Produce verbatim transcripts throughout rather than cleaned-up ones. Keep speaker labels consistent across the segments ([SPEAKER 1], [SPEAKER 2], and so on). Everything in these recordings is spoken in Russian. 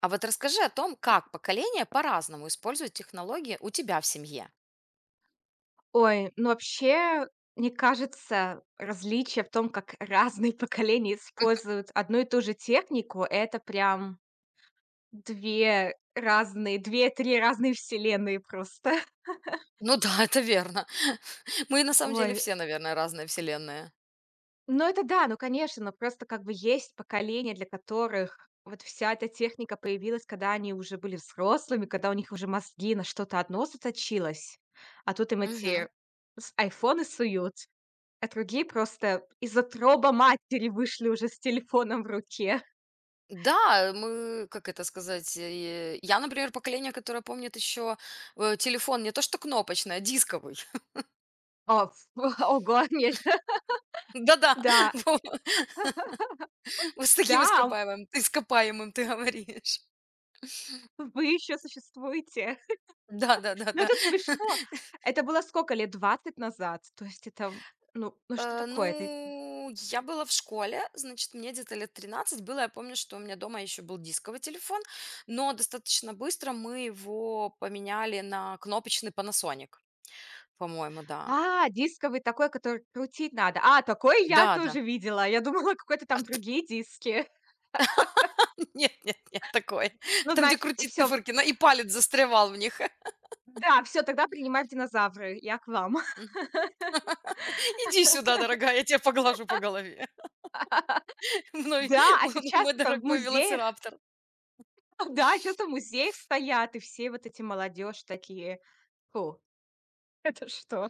[SPEAKER 1] А вот расскажи о том, как поколения по-разному используют технологии у тебя в семье.
[SPEAKER 2] Ой, ну вообще, мне кажется, различие в том, как разные поколения используют одну и ту же технику, это прям две разные, две-три разные вселенные просто.
[SPEAKER 1] Ну да, это верно. Мы на самом
[SPEAKER 2] Ой,
[SPEAKER 1] деле все, наверное, разные вселенные.
[SPEAKER 2] ну это да, ну конечно, но просто как бы есть поколения, для которых вот вся эта техника появилась, когда они уже были взрослыми, когда у них уже мозги на что-то одно заточилось, а тут им
[SPEAKER 1] Мгм.
[SPEAKER 2] эти с айфоны суют. А другие просто из-за троба матери вышли уже с телефоном в руке.
[SPEAKER 1] Да, мы, как это сказать, э, я, например, поколение, которое помнит еще э, телефон не то что кнопочный, а дисковый.
[SPEAKER 2] О, ф ого, нет,
[SPEAKER 1] Да-да,
[SPEAKER 2] да,
[SPEAKER 1] вот с таким
[SPEAKER 2] да,
[SPEAKER 1] ископаемым, ископаемым ты говоришь.
[SPEAKER 2] вы еще существуете. Ну,
[SPEAKER 1] Да-да-да-да.
[SPEAKER 2] это смешно. Это было сколько лет? Двадцать назад. То есть это, ну ну что
[SPEAKER 1] Э,
[SPEAKER 2] такое? Ты
[SPEAKER 1] ну, я была в школе, значит, мне где-то лет тринадцать было. Я помню, что у меня дома еще был дисковый телефон, но достаточно быстро мы его поменяли на кнопочный Panasonic, по-моему, да.
[SPEAKER 2] А, дисковый такой, который крутить надо. А, такой я
[SPEAKER 1] Да-да.
[SPEAKER 2] тоже видела. Я думала, какой-то там другие диски.
[SPEAKER 1] Нет, нет, нет, такой.
[SPEAKER 2] Ну,
[SPEAKER 1] Там, где
[SPEAKER 2] значит,
[SPEAKER 1] крутить
[SPEAKER 2] все,
[SPEAKER 1] циферки, на и палец застревал в них.
[SPEAKER 2] да, все тогда принимаю в динозавры. Я к вам.
[SPEAKER 1] "Иди сюда, дорогая, я тебя поглажу по голове. Мной
[SPEAKER 2] Да, а
[SPEAKER 1] мой
[SPEAKER 2] сейчас
[SPEAKER 1] мой
[SPEAKER 2] это в
[SPEAKER 1] дорогой
[SPEAKER 2] музеях.
[SPEAKER 1] велоцираптор".
[SPEAKER 2] Ну да, сейчас в музеях стоят, и все вот эти молодежь такие: "Фу, это что?"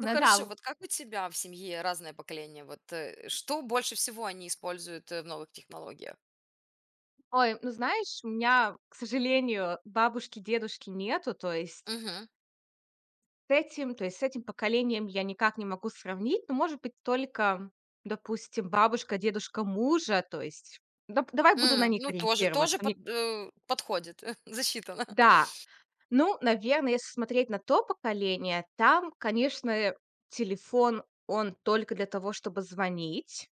[SPEAKER 1] Ну
[SPEAKER 2] да,
[SPEAKER 1] хорошо,
[SPEAKER 2] в
[SPEAKER 1] вот как у тебя в семье разное поколение? Вот, э, что больше всего они используют э, в новых технологиях?
[SPEAKER 2] ой, ну знаешь, у меня, к сожалению, бабушки, дедушки нету, то есть
[SPEAKER 1] Мгм.
[SPEAKER 2] с этим то есть с этим поколением я никак не могу сравнить. Ну, может быть, только, допустим, бабушка, дедушка мужа, то есть дап давай буду на
[SPEAKER 1] М,
[SPEAKER 2] них
[SPEAKER 1] Ну, тоже,
[SPEAKER 2] ориентироваться.
[SPEAKER 1] тоже под-
[SPEAKER 2] Мне
[SPEAKER 1] э, подходит, засчитано.
[SPEAKER 2] Да, ну, наверное, если смотреть на то поколение, там, конечно, телефон, он только для того, чтобы звонить.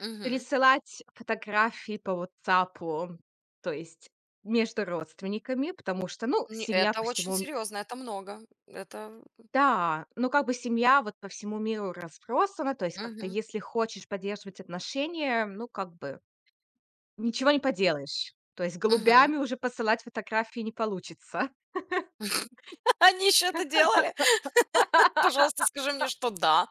[SPEAKER 1] Мгм.
[SPEAKER 2] Пересылать фотографии по ватсап, то есть между родственниками, потому что, ну,
[SPEAKER 1] Не,
[SPEAKER 2] семья
[SPEAKER 1] это
[SPEAKER 2] по
[SPEAKER 1] очень
[SPEAKER 2] всему м
[SPEAKER 1] серьезно, это много. Это...
[SPEAKER 2] да, ну, как бы семья вот по всему миру разбросана, то есть как-то
[SPEAKER 1] Мгм.
[SPEAKER 2] если хочешь поддерживать отношения, ну, как бы ничего не поделаешь. То есть
[SPEAKER 1] Мгм.
[SPEAKER 2] голубями уже посылать фотографии не получится.
[SPEAKER 1] Они еще это делали? Пожалуйста, скажи мне, что да.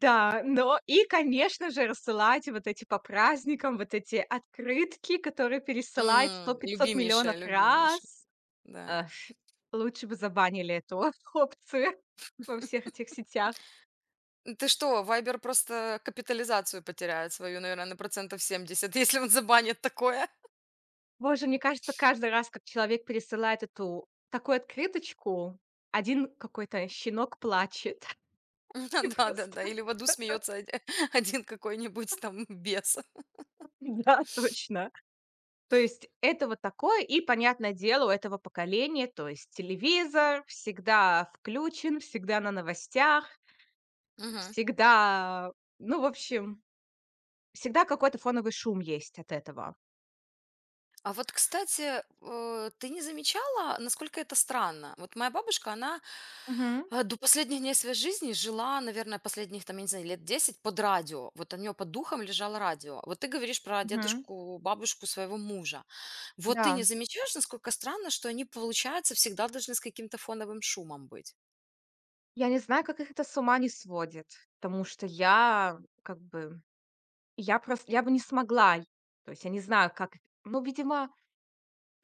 [SPEAKER 2] Да, но и, конечно же, рассылать вот эти по праздникам, вот эти открытки, которые пересылают сто
[SPEAKER 1] М,
[SPEAKER 2] пятьсот
[SPEAKER 1] Любимейшая,
[SPEAKER 2] миллионов
[SPEAKER 1] любимейшая,
[SPEAKER 2] раз.
[SPEAKER 1] да.
[SPEAKER 2] Эх, лучше бы забанили эту опцию во всех этих сетях.
[SPEAKER 1] Ну, ты что, Вайбер просто капитализацию потеряет свою, наверное, на процентов семьдесят, если он забанит такое?
[SPEAKER 2] Боже, мне кажется, каждый раз, как человек пересылает эту такую открыточку, один какой-то щенок плачет. И просто
[SPEAKER 1] Да-да-да, или в аду смеется оди один какой-нибудь там бес.
[SPEAKER 2] да, точно. То есть это вот такое, и, понятное дело, у этого поколения, то есть телевизор всегда включен, всегда на новостях,
[SPEAKER 1] Мгм.
[SPEAKER 2] всегда, ну, в общем, всегда какой-то фоновый шум есть от этого.
[SPEAKER 1] А вот, кстати, э, ты не замечала, насколько это странно? Вот моя бабушка, она,
[SPEAKER 2] Мгм,
[SPEAKER 1] э, до последних дней своей жизни жила, наверное, последних, там, я не знаю, лет десять под радио. Вот у нее под духом лежало радио. Вот ты говоришь про
[SPEAKER 2] мгм.
[SPEAKER 1] дедушку, бабушку своего мужа. Вот ты не
[SPEAKER 2] Да.
[SPEAKER 1] замечаешь, насколько странно, что они, получается, всегда должны с каким-то фоновым шумом быть?
[SPEAKER 2] Я не знаю, как их это с ума не сводит, потому что я, как бы, я просто, я бы не смогла. То есть я не знаю, как, ну, видимо,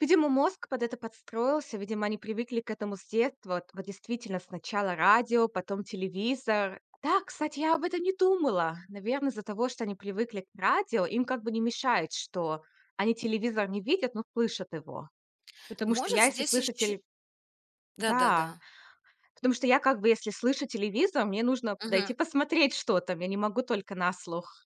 [SPEAKER 2] видимо, мозг под это подстроился, видимо, они привыкли к этому с детства. Вот, вот действительно, сначала радио, потом телевизор. Да, кстати, я об этом не думала. Наверное, из-за того, что они привыкли к радио, им как бы не мешает, что они телевизор не видят, но слышат его. Потому что
[SPEAKER 1] Может,
[SPEAKER 2] я, если
[SPEAKER 1] здесь
[SPEAKER 2] слышу
[SPEAKER 1] ещё,
[SPEAKER 2] теле...
[SPEAKER 1] да-да-да.
[SPEAKER 2] Да, потому что я как бы, если слышу телевизор, мне нужно подойти посмотреть, что там. Я не могу только на слух.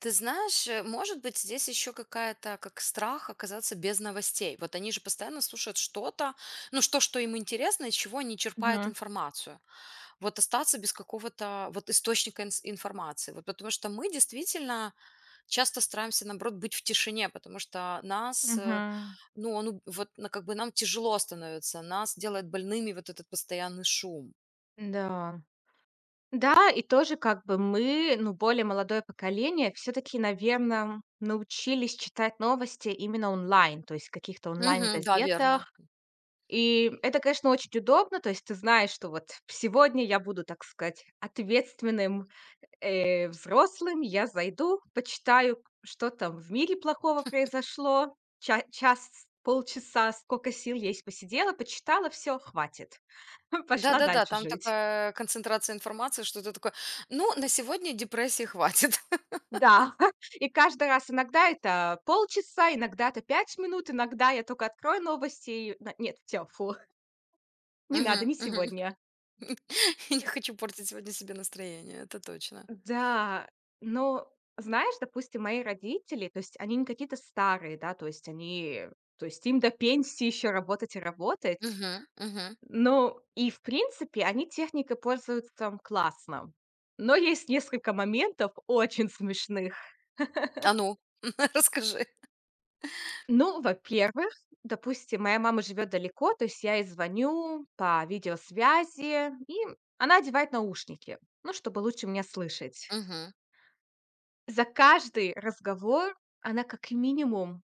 [SPEAKER 1] Ты знаешь, э, может быть, здесь еще какая-то, как страх оказаться без новостей. Вот они же постоянно слушают что-то, ну, что, что им интересно, из чего они черпают
[SPEAKER 2] Мгм.
[SPEAKER 1] информацию. Вот остаться без какого-то вот источника инс- информации. Вот, потому что мы действительно часто стараемся, наоборот, быть в тишине, потому что нас, э,
[SPEAKER 2] Мгм.
[SPEAKER 1] ну, он, уб- вот, ну, как бы нам тяжело становится, нас делает больными вот этот постоянный шум.
[SPEAKER 2] Да. Да, и тоже как бы мы, ну, более молодое поколение, все таки наверно, научились читать новости именно онлайн, то есть в каких-то
[SPEAKER 1] Мгм, да, верно.
[SPEAKER 2] онлайн-газетах. И это, конечно, очень удобно. То есть ты знаешь, что вот сегодня я буду, так сказать, ответственным э, взрослым, я зайду, почитаю, что там в мире плохого произошло. Ча- час, полчаса, сколько сил есть, посидела, почитала, все, хватит.
[SPEAKER 1] Вот.
[SPEAKER 2] Пошла
[SPEAKER 1] Да-да-да,
[SPEAKER 2] дальше
[SPEAKER 1] там
[SPEAKER 2] жить.
[SPEAKER 1] такая концентрация информации, что ты такой: "Ну, на сегодня депрессии хватит".
[SPEAKER 2] Да, и каждый раз иногда это полчаса, иногда это пять минут, иногда я только открою новости и... на- нет, все, фу, не надо,
[SPEAKER 1] Мгм,
[SPEAKER 2] не
[SPEAKER 1] мгм.
[SPEAKER 2] сегодня.
[SPEAKER 1] Я не хочу портить сегодня себе настроение, это точно.
[SPEAKER 2] Да, но знаешь, допустим, мои родители, то есть они не какие-то старые, да, то есть они, то есть им до пенсии еще работать и работать.
[SPEAKER 1] Мгм, мгм.
[SPEAKER 2] Ну, и в принципе, они техникой пользуются классно. Но есть несколько моментов очень смешных.
[SPEAKER 1] А ну, расскажи.
[SPEAKER 2] Ну, во-первых, допустим, моя мама живет далеко, то есть я ей звоню по видеосвязи, и она одевает наушники, ну, чтобы лучше меня слышать.
[SPEAKER 1] Мгм.
[SPEAKER 2] За каждый разговор она как минимум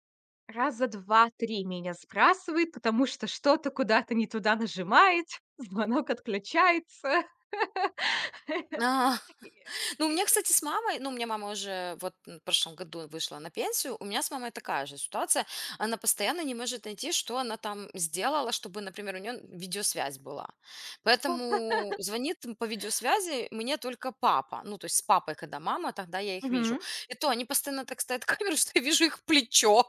[SPEAKER 2] раза два-три меня сбрасывает, потому что что-то куда-то не туда нажимает, звонок отключается. И-
[SPEAKER 1] Ну, у меня,
[SPEAKER 2] и-
[SPEAKER 1] кстати, с мамой, ну, у меня мама уже вот, м, в прошлом году вышла на пенсию, у меня с мамой такая же ситуация. Она постоянно не может найти, что она там сделала, чтобы, например, у нее видеосвязь была. Поэтому звонит, м, по видеосвязи мне только папа. Ну, то есть с папой, когда мама, тогда я их вижу.
[SPEAKER 2] Мгм.
[SPEAKER 1] И то они постоянно так ставят камеру, что я вижу их плечо.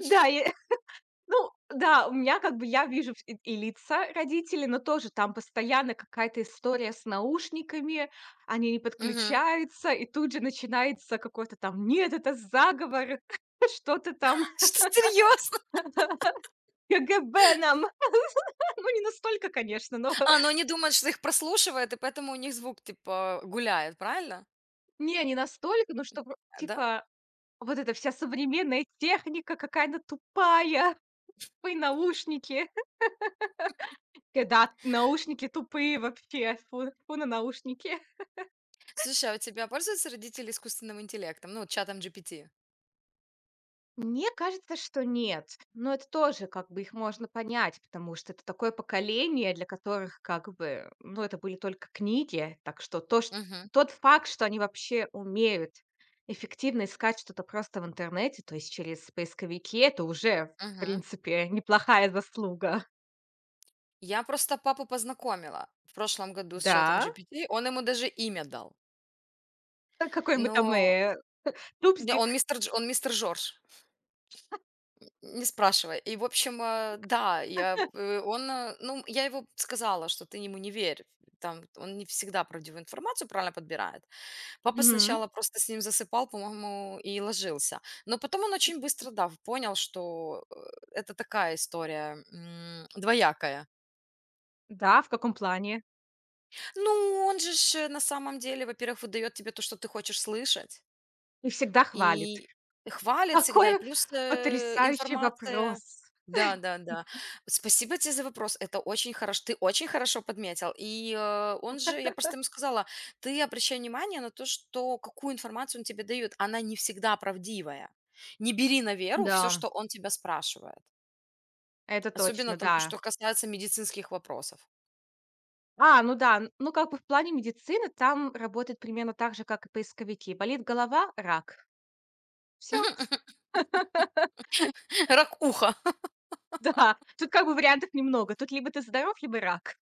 [SPEAKER 2] Да, я ну да, у меня как бы я вижу и и лица родителей, но тоже там постоянно какая-то история с наушниками, они не
[SPEAKER 1] Мгм.
[SPEAKER 2] подключаются, и тут же начинается какой-то там: "Нет, это заговор, что-то там
[SPEAKER 1] Что, серьезно?
[SPEAKER 2] к г б нам". Ну, не настолько, конечно, но
[SPEAKER 1] А, но они думают, что их прослушивают, и поэтому у них звук, типа, гуляет, правильно?
[SPEAKER 2] не, не настолько, но что про
[SPEAKER 1] Да?
[SPEAKER 2] типа вот эта вся современная техника какая-то тупая, тупые наушники. Э, да, наушники тупые вообще, фу фу на наушники.
[SPEAKER 1] Слушай, а у тебя пользуются родители искусственным интеллектом? Ну, вот чатом G P T?
[SPEAKER 2] Мне кажется, что нет. Но это тоже как бы их можно понять, потому что это такое поколение, для которых как бы, ну, это были только книги. Так что то, ш-
[SPEAKER 1] Мгм,
[SPEAKER 2] тот факт, что они вообще умеют эффективно искать что-то просто в интернете, то есть через поисковики, это уже, в
[SPEAKER 1] мгм.
[SPEAKER 2] принципе, неплохая заслуга.
[SPEAKER 1] Я просто папу познакомила в прошлом году с чатом
[SPEAKER 2] Да,
[SPEAKER 1] G P T. Он ему даже имя дал.
[SPEAKER 2] а какой мы там
[SPEAKER 1] Но
[SPEAKER 2] э,
[SPEAKER 1] не,
[SPEAKER 2] тупзик.
[SPEAKER 1] он мистер Дж он мистер Жорж, не спрашивай. И, в общем, э, да, я, э, он, э, ну, я его сказала, что ты ему не верь. Там он не всегда правдивую информацию правильно подбирает. Папа
[SPEAKER 2] Мгм.
[SPEAKER 1] сначала просто с ним засыпал, по-моему, и ложился. Но потом он очень быстро, да, понял, что э, это такая история, м, двоякая.
[SPEAKER 2] Да, в каком плане?
[SPEAKER 1] Ну, он же ж, э, на самом деле, во-первых, выдает тебе то, что ты хочешь слышать.
[SPEAKER 2] И всегда хвалит.
[SPEAKER 1] И хвалят всегда, и
[SPEAKER 2] Какой
[SPEAKER 1] плюс, э,
[SPEAKER 2] потрясающий
[SPEAKER 1] информация.
[SPEAKER 2] вопрос.
[SPEAKER 1] Да, да, да. Спасибо тебе за вопрос. Это очень хорошо. Ты очень хорошо подметил. И, э, он же я просто ему сказала: "Ты обращай внимание на то, что какую информацию он тебе дает. Она не всегда правдивая. Не бери на веру всё,
[SPEAKER 2] Да.
[SPEAKER 1] что он тебя спрашивает".
[SPEAKER 2] Это
[SPEAKER 1] Особенно
[SPEAKER 2] точно,
[SPEAKER 1] там то,
[SPEAKER 2] да.
[SPEAKER 1] что касается медицинских вопросов.
[SPEAKER 2] А, ну да, н ну, как бы в плане медицины там работает примерно так же, как и поисковики. Болит голова - рак. Все.
[SPEAKER 1] Рак уха.
[SPEAKER 2] Да, тут как бы вариантов немного. Тут либо ты здоров, либо рак.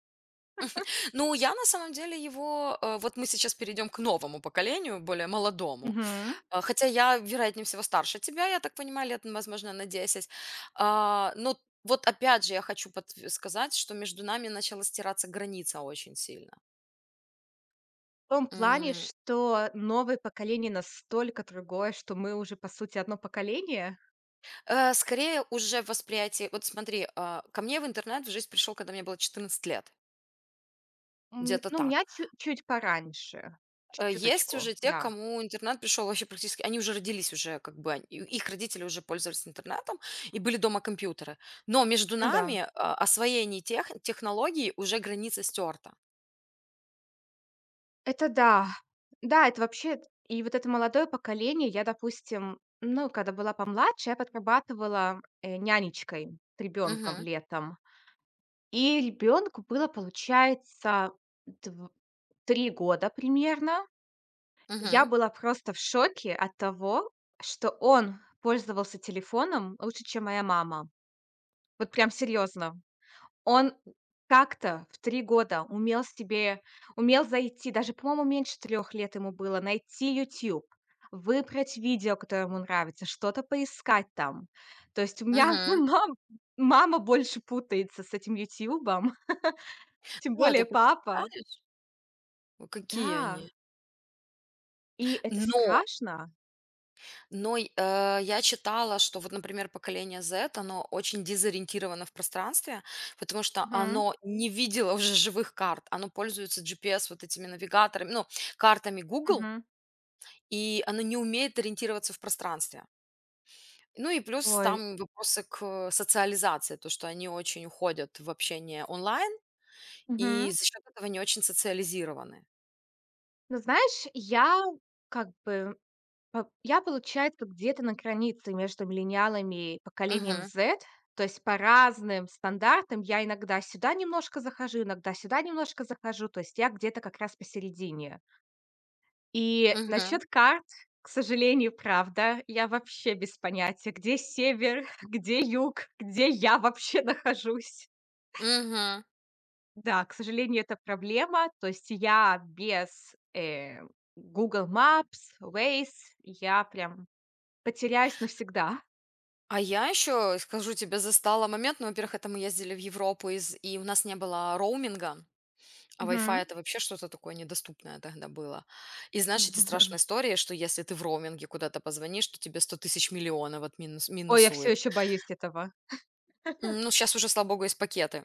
[SPEAKER 1] Ну, я на самом деле его, э, вот мы сейчас перейдем к новому поколению, более молодому.
[SPEAKER 2] Мгм.
[SPEAKER 1] А, хотя я, вероятнее всего, старше тебя, я так понимаю, лет, ну, возможно, на десять. А, но вот опять же я хочу подтв сказать, что между нами начала стираться граница очень сильно.
[SPEAKER 2] В том плане,
[SPEAKER 1] М,
[SPEAKER 2] что новое поколение настолько другое, что мы уже, по сути, одно поколение.
[SPEAKER 1] э, Скорее уже восприятие, вот смотри, а, ко мне в интернет в жизнь пришел, когда мне было четырнадцать лет,
[SPEAKER 2] М,
[SPEAKER 1] где-то
[SPEAKER 2] ну, меня
[SPEAKER 1] так.
[SPEAKER 2] чу чуть пораньше, чуть
[SPEAKER 1] Э, есть
[SPEAKER 2] чуточку,
[SPEAKER 1] уже те,
[SPEAKER 2] да.
[SPEAKER 1] кому интернет пришел вообще практически, они уже родились, уже как бы они и их родители уже пользовались интернетом, и были дома компьютеры. Но между
[SPEAKER 2] Ну да.
[SPEAKER 1] нами, а, освоение тех технологий уже граница стерта.
[SPEAKER 2] Это да. Да, это вообще и вот это молодое поколение. Я, допустим, ну, когда была помладше, я подрабатывала, э, нянечкой с ребенком
[SPEAKER 1] Мгм,
[SPEAKER 2] летом. И ребенку было, получается, дв три года примерно.
[SPEAKER 1] мгм,
[SPEAKER 2] Я была просто в шоке от того, что он пользовался телефоном лучше, чем моя мама. Вот прям серьезно. Он как-то в три года умел себе умел зайти, даже, по-моему, меньше трех лет ему было, найти ютуб, выбрать видео, которое ему нравится, что-то поискать там. То есть у меня
[SPEAKER 1] мгм.
[SPEAKER 2] мам мама больше путается с этим "Ютубом", тем
[SPEAKER 1] Да, ты
[SPEAKER 2] более папа.
[SPEAKER 1] представляешь, о, какие они?
[SPEAKER 2] Да, и это
[SPEAKER 1] Но
[SPEAKER 2] страшно.
[SPEAKER 1] но й э, я читала, что вот, например, поколение Z, оно очень дезориентировано в пространстве, потому что
[SPEAKER 2] Мгм,
[SPEAKER 1] оно не видело уже живых карт. Оно пользуется G P S вот этими навигаторами, ну, картами Google,
[SPEAKER 2] мгм.
[SPEAKER 1] и оно не умеет ориентироваться в пространстве. Ну и плюс
[SPEAKER 2] Ой.
[SPEAKER 1] там вопросы к социализации, то, что они очень уходят в общение онлайн и
[SPEAKER 2] Мгм.
[SPEAKER 1] за счет этого не очень социализированы.
[SPEAKER 2] Ну, знаешь, я как бы По я, получается, где-то на границе между миллениалами и поколением
[SPEAKER 1] Мгм,
[SPEAKER 2] зет. То есть по разным стандартам я иногда сюда немножко захожу, иногда сюда немножко захожу. То есть я где-то как раз посередине. И
[SPEAKER 1] мгм.
[SPEAKER 2] насчет карт, к сожалению, правда, я вообще без понятия, где север, где юг, где я вообще нахожусь.
[SPEAKER 1] Мгм.
[SPEAKER 2] Да, к сожалению, это проблема. То есть я без, э, гугл мэпс, вейз, я прям потеряюсь навсегда.
[SPEAKER 1] А я еще, скажу тебе, застала момент, ну, во-первых, это мы ездили в Европу, из, и у нас не было роуминга, а Wi-Fi
[SPEAKER 2] Мгм.
[SPEAKER 1] это вообще что-то такое недоступное тогда было. И знаешь, эти страшные истории, что если ты в роуминге куда-то позвонишь, то тебе сто тысяч миллионов от минус,
[SPEAKER 2] Ой, я все
[SPEAKER 1] минусует.
[SPEAKER 2] еще боюсь этого.
[SPEAKER 1] М, Ну, сейчас уже, слава богу, есть пакеты,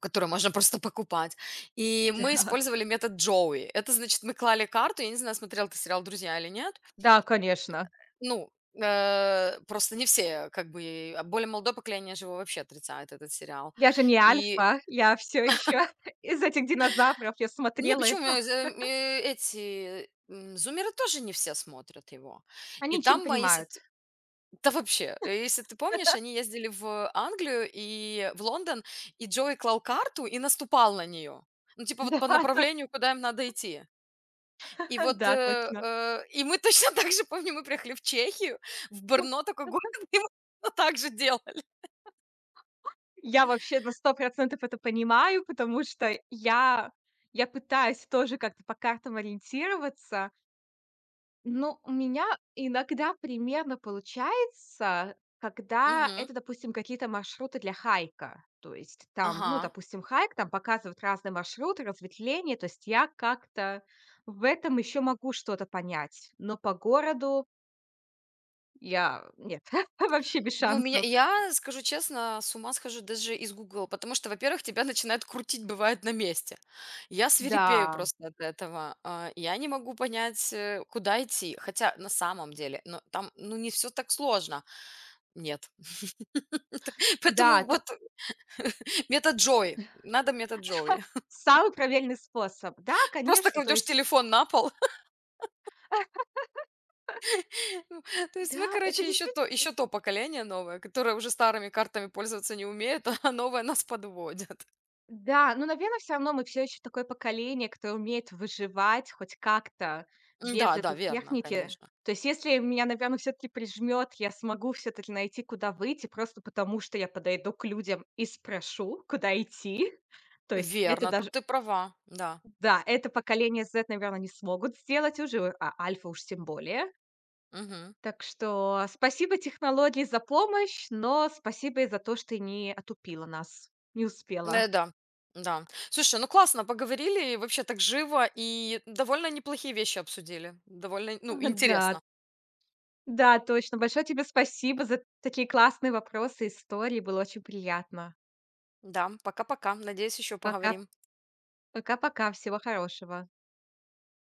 [SPEAKER 1] которые можно просто покупать. И мы
[SPEAKER 2] Да,
[SPEAKER 1] использовали метод Джоуи. Это значит, мы клали карту, я не знаю, смотрел ты сериал «Друзья» или нет.
[SPEAKER 2] да, конечно.
[SPEAKER 1] Ну, э, просто не все, э, как бы, а более молодое поколение же его вообще отрицает, этот сериал.
[SPEAKER 2] Я же не
[SPEAKER 1] И
[SPEAKER 2] альфа, я все еще из этих динозавров, я
[SPEAKER 1] не,
[SPEAKER 2] смотрела
[SPEAKER 1] почему,
[SPEAKER 2] это.
[SPEAKER 1] э, за э, э, эти, м, зумеры тоже не все смотрят его. И
[SPEAKER 2] Они ничего не
[SPEAKER 1] там, а, если
[SPEAKER 2] понимают.
[SPEAKER 1] т да вообще, э, если ты помнишь, они ездили в Англию и в Лондон, и Джои клал карту и наступал на нее. Ну, типа, вот
[SPEAKER 2] Да,
[SPEAKER 1] по направлению, куда им надо идти. И вот,
[SPEAKER 2] да,
[SPEAKER 1] э,
[SPEAKER 2] точно.
[SPEAKER 1] э, и мы точно так же, помню, мы приехали в Чехию, в Брно такой город, и мы точно так же делали.
[SPEAKER 2] Я вообще на сто процентов это понимаю, потому что я я пытаюсь тоже как-то по картам ориентироваться. Ну, у меня иногда примерно получается, когда
[SPEAKER 1] Мгм.
[SPEAKER 2] это, допустим, какие-то маршруты для хайка. То есть там, ну,
[SPEAKER 1] Ага.
[SPEAKER 2] допустим, хайк, там показывают разные маршруты, разветвления, то есть я как-то в этом еще могу что-то понять. Но по городу я... Нет, вообще без
[SPEAKER 1] Ну, меня
[SPEAKER 2] шансов.
[SPEAKER 1] я, скажу честно, с ума схожу даже из "Гугла", потому что, во-первых, тебя начинает крутить, бывает, на месте. Я свирепею
[SPEAKER 2] Да,
[SPEAKER 1] просто от этого. А, я не могу понять, э, куда идти. Хотя на самом деле, но там, ну, не все так сложно. Нет.
[SPEAKER 2] да,
[SPEAKER 1] Поэтому
[SPEAKER 2] та-
[SPEAKER 1] вот метод Джои. Надо метод Джои.
[SPEAKER 2] самый проверенный способ. Да,
[SPEAKER 1] Просто
[SPEAKER 2] конечно, то
[SPEAKER 1] кладешь
[SPEAKER 2] есть,
[SPEAKER 1] телефон на пол. То есть мы,
[SPEAKER 2] да, это
[SPEAKER 1] короче, еще
[SPEAKER 2] действительно
[SPEAKER 1] то еще то поколение новое, которое уже старыми картами пользоваться не умеет, а новое нас подводит.
[SPEAKER 2] да, ну, наверно, все равно мы все еще такое поколение, которое умеет выживать хоть как-то без
[SPEAKER 1] М-да, да, да,
[SPEAKER 2] этой
[SPEAKER 1] верно,
[SPEAKER 2] техники.
[SPEAKER 1] конечно.
[SPEAKER 2] То есть если меня, наверно, все таки прижмет, я смогу все таки найти, куда выйти, просто потому что я подойду к людям и спрошу, куда идти. То есть это
[SPEAKER 1] Верно, тут
[SPEAKER 2] даже
[SPEAKER 1] ты права, да.
[SPEAKER 2] да, это поколение зет, наверно, не смогут сделать уже, а альфа уж тем более.
[SPEAKER 1] Мгм.
[SPEAKER 2] Так что спасибо технологии за помощь, но спасибо и за то, что не отупила нас, не успела.
[SPEAKER 1] Э, да, да. Слушай, ну классно поговорили, и вообще так живо, и довольно неплохие вещи обсудили. Довольно, ну,
[SPEAKER 2] Да.
[SPEAKER 1] интересно.
[SPEAKER 2] Да, точно. Большое тебе спасибо за такие классные вопросы, истории. Было очень приятно.
[SPEAKER 1] Да, пока-пока. Надеюсь, еще
[SPEAKER 2] Пока
[SPEAKER 1] поговорим.
[SPEAKER 2] пока-пока. Всего хорошего.